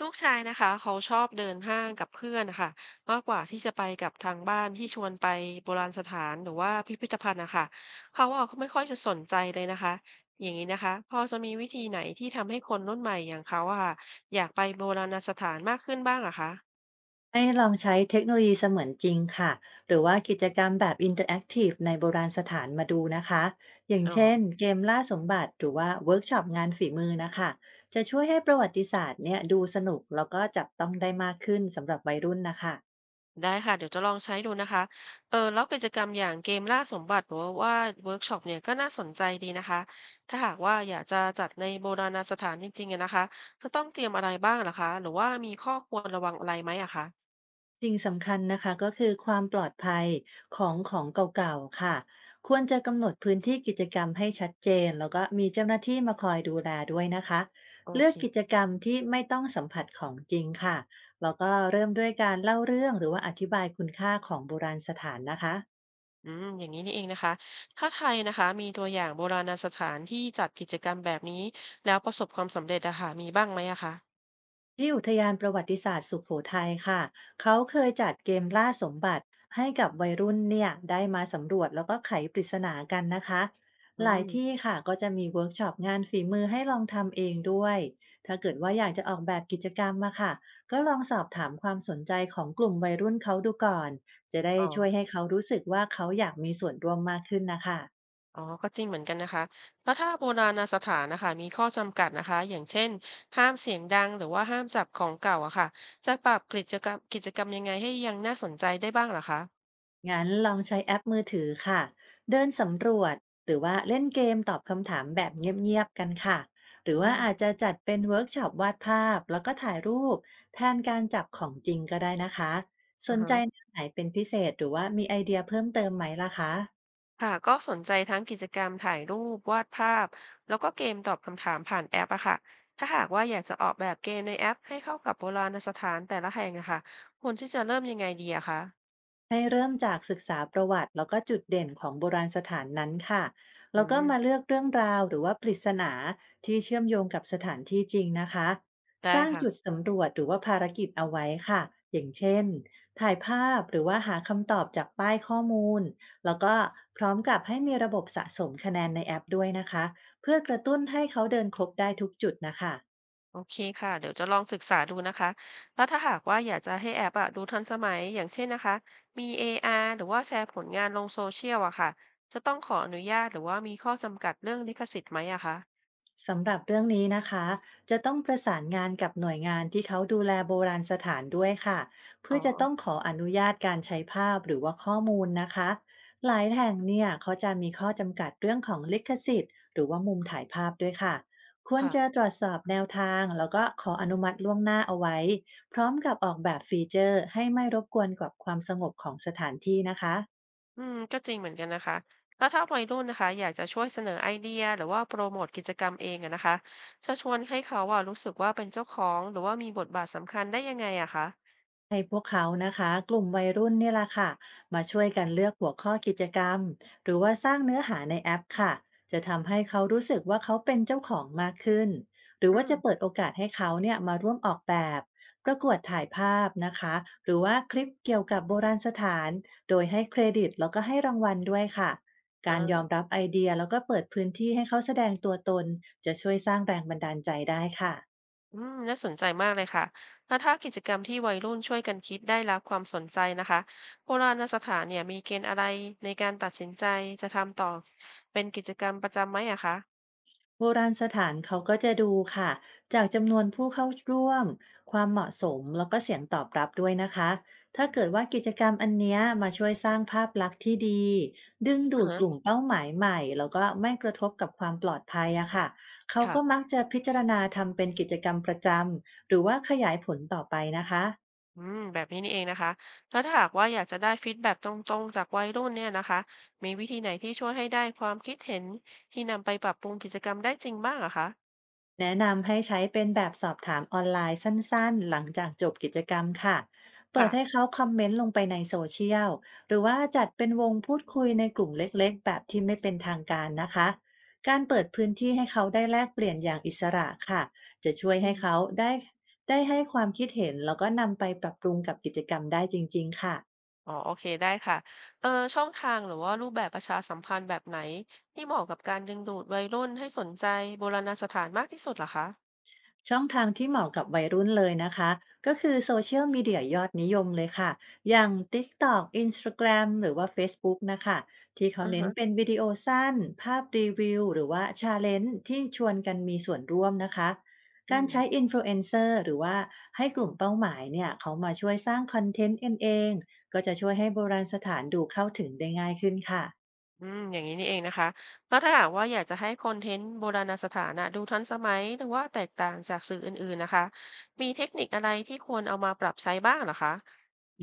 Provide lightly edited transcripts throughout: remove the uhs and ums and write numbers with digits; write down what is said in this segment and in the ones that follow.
ลูกชายนะคะเขาชอบเดินห้างกับเพื่อนนะคะมากกว่าที่จะไปกับทางบ้านที่ชวนไปโบราณสถานหรือว่าพิพิธภัณฑ์นะคะเขาอ่ะก็ไม่ค่อยจะสนใจเลยนะคะอย่างนี้นะคะพอจะมีวิธีไหนที่ทำให้คนรุ่นใหม่อย่างเขาอะค่ะอยากไปโบราณสถานมากขึ้นบ้างอะคะให้ลองใช้เทคโนโลยีเสมือนจริงค่ะหรือว่ากิจกรรมแบบอินเตอร์แอคทีฟในโบราณสถานมาดูนะคะอย่างอ๋อ เช่นเกมล่าสมบัติหรือว่าเวิร์กช็อปงานฝีมือนะคะจะช่วยให้ประวัติศาสตร์เนี่ยดูสนุกแล้วก็จับต้องได้มากขึ้นสำหรับวัยรุ่นนะคะ ได้ค่ะเดี๋ยวจะลองใช้ดูนะคะเออแล้วกิจกรรมอย่างเกมล่าสมบัติหรือว่าเวิร์กช็อปเนี่ยก็น่าสนใจดีนะคะถ้าหากว่าอยากจะจัดในโบราณสถานจริงๆอะนะคะจะต้องเตรียมอะไรบ้างเหรอคะหรือว่ามีข้อควรระวังอะไรไหมอะคะสิ่งสำคัญนะคะก็คือความปลอดภัยของเก่าๆค่ะควรจะกำหนดพื้นที่กิจกรรมให้ชัดเจนแล้วก็มีเจ้าหน้าที่มาคอยดูแลด้วยนะคะโอเลือเคกกิจกรรมที่ไม่ต้องสัมผัสของจริงค่ะแล้วก็เริ่มด้วยการเล่าเรื่องหรือว่าอธิบายคุณค่าของโบราณสถานนะคะ อืมอย่างนี้นี่เองนะคะถ้าไทยนะคะมีตัวอย่างโบราณสถานที่จัดกิจกรรมแบบนี้แล้วประสบความสำเร็จอะค่ะมีบ้างไหมอะคะที่อุทยานประวัติศาสตร์สุโขทัยค่ะ เขาเคยจัดเกมล่าสมบัติให้กับวัยรุ่นเนี่ยได้มาสำรวจแล้วก็ไขปริศนากันนะคะ อืหลายที่มค่ะก็จะมีเวิร์กช็อปงานฝีมือให้ลองทำเองด้วย ถ้าเกิดว่าอยากจะออกแบบกิจกรรมมาค่ะ ก็ลองสอบถามความสนใจของกลุ่มวัยรุ่นเขาดูก่อน จะได้อ๋อ ช่วยให้เขารู้สึกว่าเขาอยากมีส่วนร่วมมากขึ้นนะคะ อ๋อ ก็จริงเหมือนกันนะคะแล้วถ้าโบราณสถานนะคะมีข้อจำกัดนะคะอย่างเช่นห้ามเสียงดังหรือว่าห้ามจับของเก่าอะค่ะจะปรับกิจกรรมยังไงให้ยังน่าสนใจได้บ้างเหรอคะงั้นลองใช้แอปมือถือค่ะเดินสำรวจหรือว่าเล่นเกมตอบคำถามแบบเงียบๆกันค่ะหรืออืว่ามอาจจะจัดเป็นเวิร์กช็อปวาดภาพแล้วก็ถ่ายรูปแทนการจับของจริงก็ได้นะคะสอ่านฮะใจแนวไหนเป็นพิเศษหรือว่ามีไอเดียเพิ่มเติมไหมล่ะคะ ค่ะก็สนใจทั้งกิจกรรมถ่ายรูปวาดภาพแล้วก็เกมตอบคำถามผ่านแอปอะค่ะถ้าหากว่าอยากจะออกแบบเกมในแอปให้เข้ากับโบราณสถานแต่ละแห่งอะค่ะควรที่จะเริ่มยังไงดีอะคะให้เริ่มจากศึกษาประวัติแล้วก็จุดเด่นของโบราณสถานนั้นค่ะอืแล้วก็มามเลือกเรื่องราวหรือว่าปริศนาที่เชื่อมโยงกับสถานที่จริงนะคะสได้ร้างจุดค่ะ สำรวจหรือว่าภารกิจเอาไว้ค่ะอย่างเช่นถ่ายภาพหรือว่าหาคำตอบจากป้ายข้อมูล แล้วก็พร้อมกับให้มีระบบสะสมคะแนนในแอปด้วยนะคะเพื่อกระตุ้นให้เขาเดินครบได้ทุกจุดนะคะ โอเคค่ะเดี๋ยวจะลองศึกษาดูนะคะแล้วถ้าหากว่าอยากจะให้แอปอะดูทันสมัยอย่างเช่นนะคะมีเออาร์หรือว่าแชร์ผลงานลงโซเชียลอะค่ะจะต้องขออนุญาตหรือว่ามีข้อจำกัดเรื่องลิขสิทธิ์ไหมอะคะสำหรับเรื่องนี้นะคะจะต้องประสานงานกับหน่วยงานที่เขาดูแลโบราณสถานด้วยค่ะอ๋เพื่ออจะต้องขออนุญาตการใช้ภาพหรือว่าข้อมูลนะคะหลายแห่งเนี่ยเขาจะมีข้อจำกัดเรื่องของลิขสิทธิ์หรือว่ามุมถ่ายภาพด้วยค่ะควรค่ะจะตรวจสอบแนวทางแล้วก็ขออนุมัติล่วงหน้าเอาไว้พร้อมกับออกแบบฟีเจอร์ให้ไม่รบกวนกับความสงบของสถานที่นะคะ อืมก็จริงเหมือนกันนะคะแล้วถ้าวัยรุ่นนะคะอยากจะช่วยเสนอไอเดียหรือว่าโปรโมทกิจกรรมเองอะนะคะจะชวนให้เขาอะรู้สึกว่าเป็นเจ้าของหรือว่ามีบทบาทสำคัญได้ยังไงอะคะให้พวกเขานะคะกลุ่มวัยรุ่นเนี่ยละค่ะมาช่วยกันเลือกหัวข้อกิจกรรมหรือว่าสร้างเนื้อหาในแอปค่ะจะทำให้เขารู้สึกว่าเขาเป็นเจ้าของมากขึ้นหรืออืว่ามจะเปิดโอกาสให้เขาเนี่ยมาร่วมออกแบบประกวดถ่ายภาพนะคะหรือว่าคลิปเกี่ยวกับโบราณสถานโดยให้เครดิตแล้วก็ให้รางวัลด้วยค่ะการยอมอ่า รับไอเดียแล้วก็เปิดพื้นที่ให้เขาแสดงตัวตนจะช่วยสร้างแรงบันดาลใจได้ค่ะ อืมน่าสนใจมากเลยค่ะแล้วถ้ากิจกรรมที่วัยรุ่นช่วยกันคิดได้รับความสนใจนะคะโบราณสถานเนี่ยมีเกณฑ์อะไรในการตัดสินใจจะทำต่อเป็นกิจกรรมประจำไหมอะคะโบราณสถานเขาก็จะดูค่ะจากจำนวนผู้เข้าร่วมความเหมาะสมแล้วก็เสียงตอบรับด้วยนะคะถ้าเกิดว่ากิจกรรมอันเนี้ยมาช่วยสร้างภาพลักษณ์ที่ดีดึงอืดูอดฮะกลุ่มเป้าหมายใหม่แล้วก็ไม่กระทบกับความปลอดภัยอะค่ะเขาก็ค่ะมักจะพิจารณาทำเป็นกิจกรรมประจำหรือว่าขยายผลต่อไปนะคะ อืมแบบนี้นี่เองนะคะแล้วถ้าหากว่าอยากจะได้ฟีดแบ็กตรงๆจากวัยรุ่นเนี่ยนะคะมีวิธีไหนที่ช่วยให้ได้ความคิดเห็นที่นำไปปรับปรุงกิจกรรมได้จริงบ้างอะคะแนะนำให้ใช้เป็นแบบสอบถามออนไลน์สั้นๆหลังจากจบกิจกรรมค่ะเปิดให้ค่ะ เขาคอมเมนต์ลงไปในโซเชียลหรือว่าจัดเป็นวงพูดคุยในกลุ่มเล็กๆแบบที่ไม่เป็นทางการนะคะการเปิดพื้นที่ให้เขาได้แลกเปลี่ยนอย่างอิสระค่ะ จะช่วยให้เขาได้ให้ความคิดเห็นแล้วก็นำไปปรับปรุงกับกิจกรรมได้จริงๆค่ะ อ๋อโอเคได้ค่ะเอ่อช่องทางหรือว่ารูปแบบประชาสัมพันธ์แบบไหนที่เหมาะกับการดึงดูดวัยรุ่นให้สนใจโบราณสถานมากที่สุดเหรอคะช่องทางที่เหมาะกับวัยรุ่นเลยนะคะก็คือโซเชียลมีเดียยอดนิยมเลยค่ะอย่าง TikTok Instagram หรือว่า Facebook นะคะที่อเขาอเน้นฮะเป็นวิดีโอสั้นภาพรีวิวหรือว่าชาเลนจ์ที่ชวนกันมีส่วนร่วมนะคะอืการมใช้อินฟลูเอนเซอร์หรือว่าให้กลุ่มเป้าหมายเนี่ยเขามาช่วยสร้างคอนเทนต์เองก็จะช่วยให้โบราณสถานดูเข้าถึงได้ง่ายขึ้นค่ะ อืมอย่างนี้นี่เองนะคะแล้วถ้าหากว่าอยากจะให้คอนเทนต์โบราณสถานน่ะดูทันสมัยหรือว่าแตกต่างจากสื่ออื่นๆนะคะมีเทคนิคอะไรที่ควรเอามาปรับใช้บ้างเหรอคะ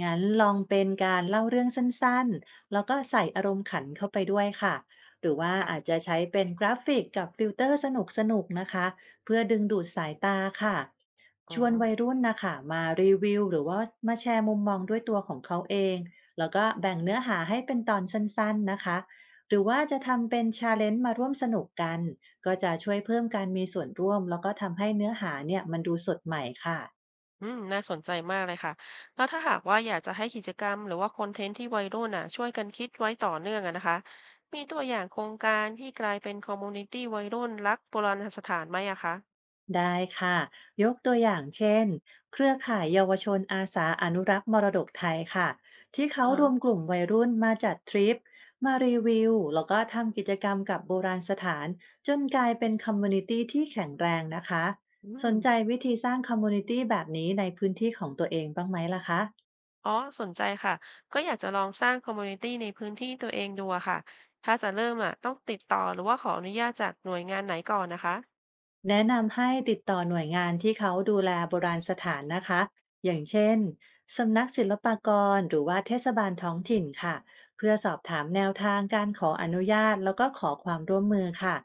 งั้นลองเป็นการเล่าเรื่องสั้นๆ แล้วก็ใส่อารมณ์ขันเข้าไปด้วยค่ะ หรือว่าอาจค่ะจะใช้เป็นกราฟิกกับฟิลเตอร์สนุกๆ นะคะ เพื่อดึงดูดสายตาค่ะ อ๋ชอ วนวัยรุ่นนะคะมารีวิวหรือว่ามาแชร์มุมมองด้วยตัวของเขาเอง แล้วก็แบ่งเนื้อหาให้เป็นตอนสั้นๆ นะคะ หรือว่าจะทำเป็นชาเลนจ์มาร่วมสนุกกัน ก็จะช่วยเพิ่มการมีส่วนร่วมแล้วก็ทำให้เนื้อหาเนี่ยมันดูสดใหม่ค่ะ อืมน่าสนใจมากเลยค่ะ แล้วถ้าหากว่าอยากจะให้กิจกรรมหรือว่าคอนเทนต์ที่วัยรุ่นน่ะช่วยกันคิดไว้ต่อเนื่องอะนะคะ มีตัวอย่างโครงการที่กลายเป็นคอมมูนิตี้วัยรุ่นรักโบราณสถานไหมอะคะได้ค่ะยกตัวอย่างเช่นเครือข่ายเยาวชนอาสาอนุรักษ์มรดกไทยค่ะที่เขาอ่ารฮะวมกลุ่มวัยรุ่นมาจัดทริปมารีวิวแล้วก็ทำกิจกรรมกับโบราณสถานจนกลายเป็นคอมมูนิตี้ที่แข็งแรงนะคะอืสมนใจวิธีสร้างคอมมูนิตี้แบบนี้ในพื้นที่ของตัวเองบ้างไหมล่ะคะ อ๋อสนใจค่ะ ก็อยากจะลองสร้างคอมมูนิตี้ในพื้นที่ตัวเองดูอะค่ะ ถ้าจะเริ่มอะต้องติดต่อหรือว่าขออนุญาตจากหน่วยงานไหนก่อนนะคะแนะนำให้ติดต่อหน่วยงานที่เขาดูแลโบราณสถานนะคะอย่างเช่นสำนักศิลปากรหรือว่าเทศบาลท้องถิ่นค่ะเพื่อสอบถามแนวทางการขออนุญาตแล้วก็ขอความร่วมมือค่ะ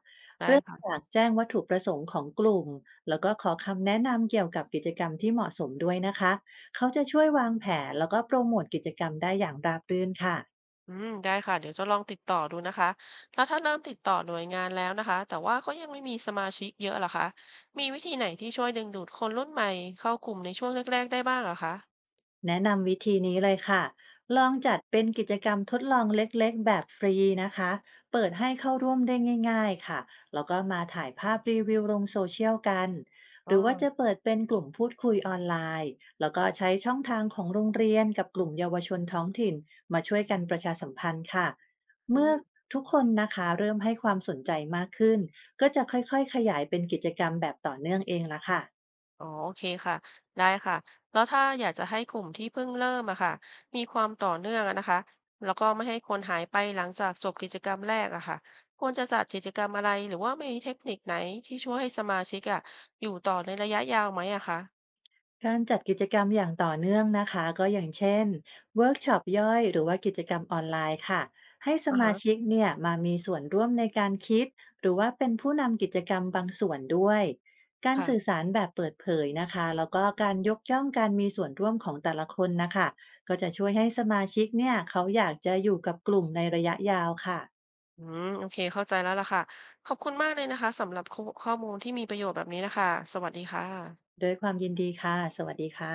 ได้เริ่มค่ะ จากแจ้งวัตถุประสงค์ของกลุ่มแล้วก็ขอคำแนะนำเกี่ยวกับกิจกรรมที่เหมาะสมด้วยนะคะเขาจะช่วยวางแผนแล้วก็โปรโมทกิจกรรมได้อย่างราบรื่นค่ะ อืมได้ค่ะเดี๋ยวจะลองติดต่อดูนะคะแล้วถ้าเริ่มติดต่อหน่วยงานแล้วนะคะแต่ว่าก็ยังไม่มีสมาชิกเยอะเหรอคะมีวิธีไหนที่ช่วยดึงดูดคนรุ่นใหม่เข้ากลุ่มในช่วงแรกๆได้บ้างเหรอคะแนะนำวิธีนี้เลยค่ะ ลองจัดเป็นกิจกรรมทดลองเล็กๆแบบฟรีนะคะ เปิดให้เข้าร่วมได้ง่ายๆค่ะแล้วก็มาถ่ายภาพรีวิวลงโซเชียลกันอ๋หอรือว่าจะเปิดเป็นกลุ่มพูดคุยออนไลน์ แล้วก็ใช้ช่องทางของโรงเรียนกับกลุ่มเยาวชนท้องถิ่นมาช่วยกันประชาสัมพันธ์ค่ะ อืเมื่อมทุกคนนะคะเริ่มให้ความสนใจมากขึ้นก็จะค่อยๆขยายเป็นกิจกรรมแบบต่อเนื่องเองละค่ะ อ๋อโอเคค่ะได้ค่ะแล้วถ้าอยากจะให้กลุ่มที่เพิ่งเริ่มอะค่ะมีความต่อเนื่องอะนะคะแล้วก็ไม่ให้คนหายไปหลังจากจบกิจกรรมแรกอะค่ะควรจะจัดกิจกรรมอะไรหรือว่ามีเทคนิคไหนที่ช่วยให้สมาชิกอะอยู่ต่อในระยะยาวไหมอะคะการจัดกิจกรรมอย่างต่อเนื่องนะคะก็อย่างเช่นเวิร์กช็อปย่อยหรือว่ากิจกรรมออนไลน์ค่ะให้สอ่ามาฮะชิกเนี่ยมามีส่วนร่วมในการคิดหรือว่าเป็นผู้นำกิจกรรมบางส่วนด้วยการสื่อค่ะ สารแบบเปิดเผยนะคะแล้วก็การยกย่องการมีส่วนร่วมของแต่ละคนนะคะก็จะช่วยให้สมาชิกเนี่ยเขาอยากจะอยู่กับกลุ่มในระยะยาวค่ะอืมโอเคเข้าใจแล้วล่ะค่ะขอบคุณมากเลยนะคะสำหรับข้อมูลที่มีประโยชน์แบบนี้นะคะสวัสดีค่ะด้วยความยินดีค่ะสวัสดีค่ะ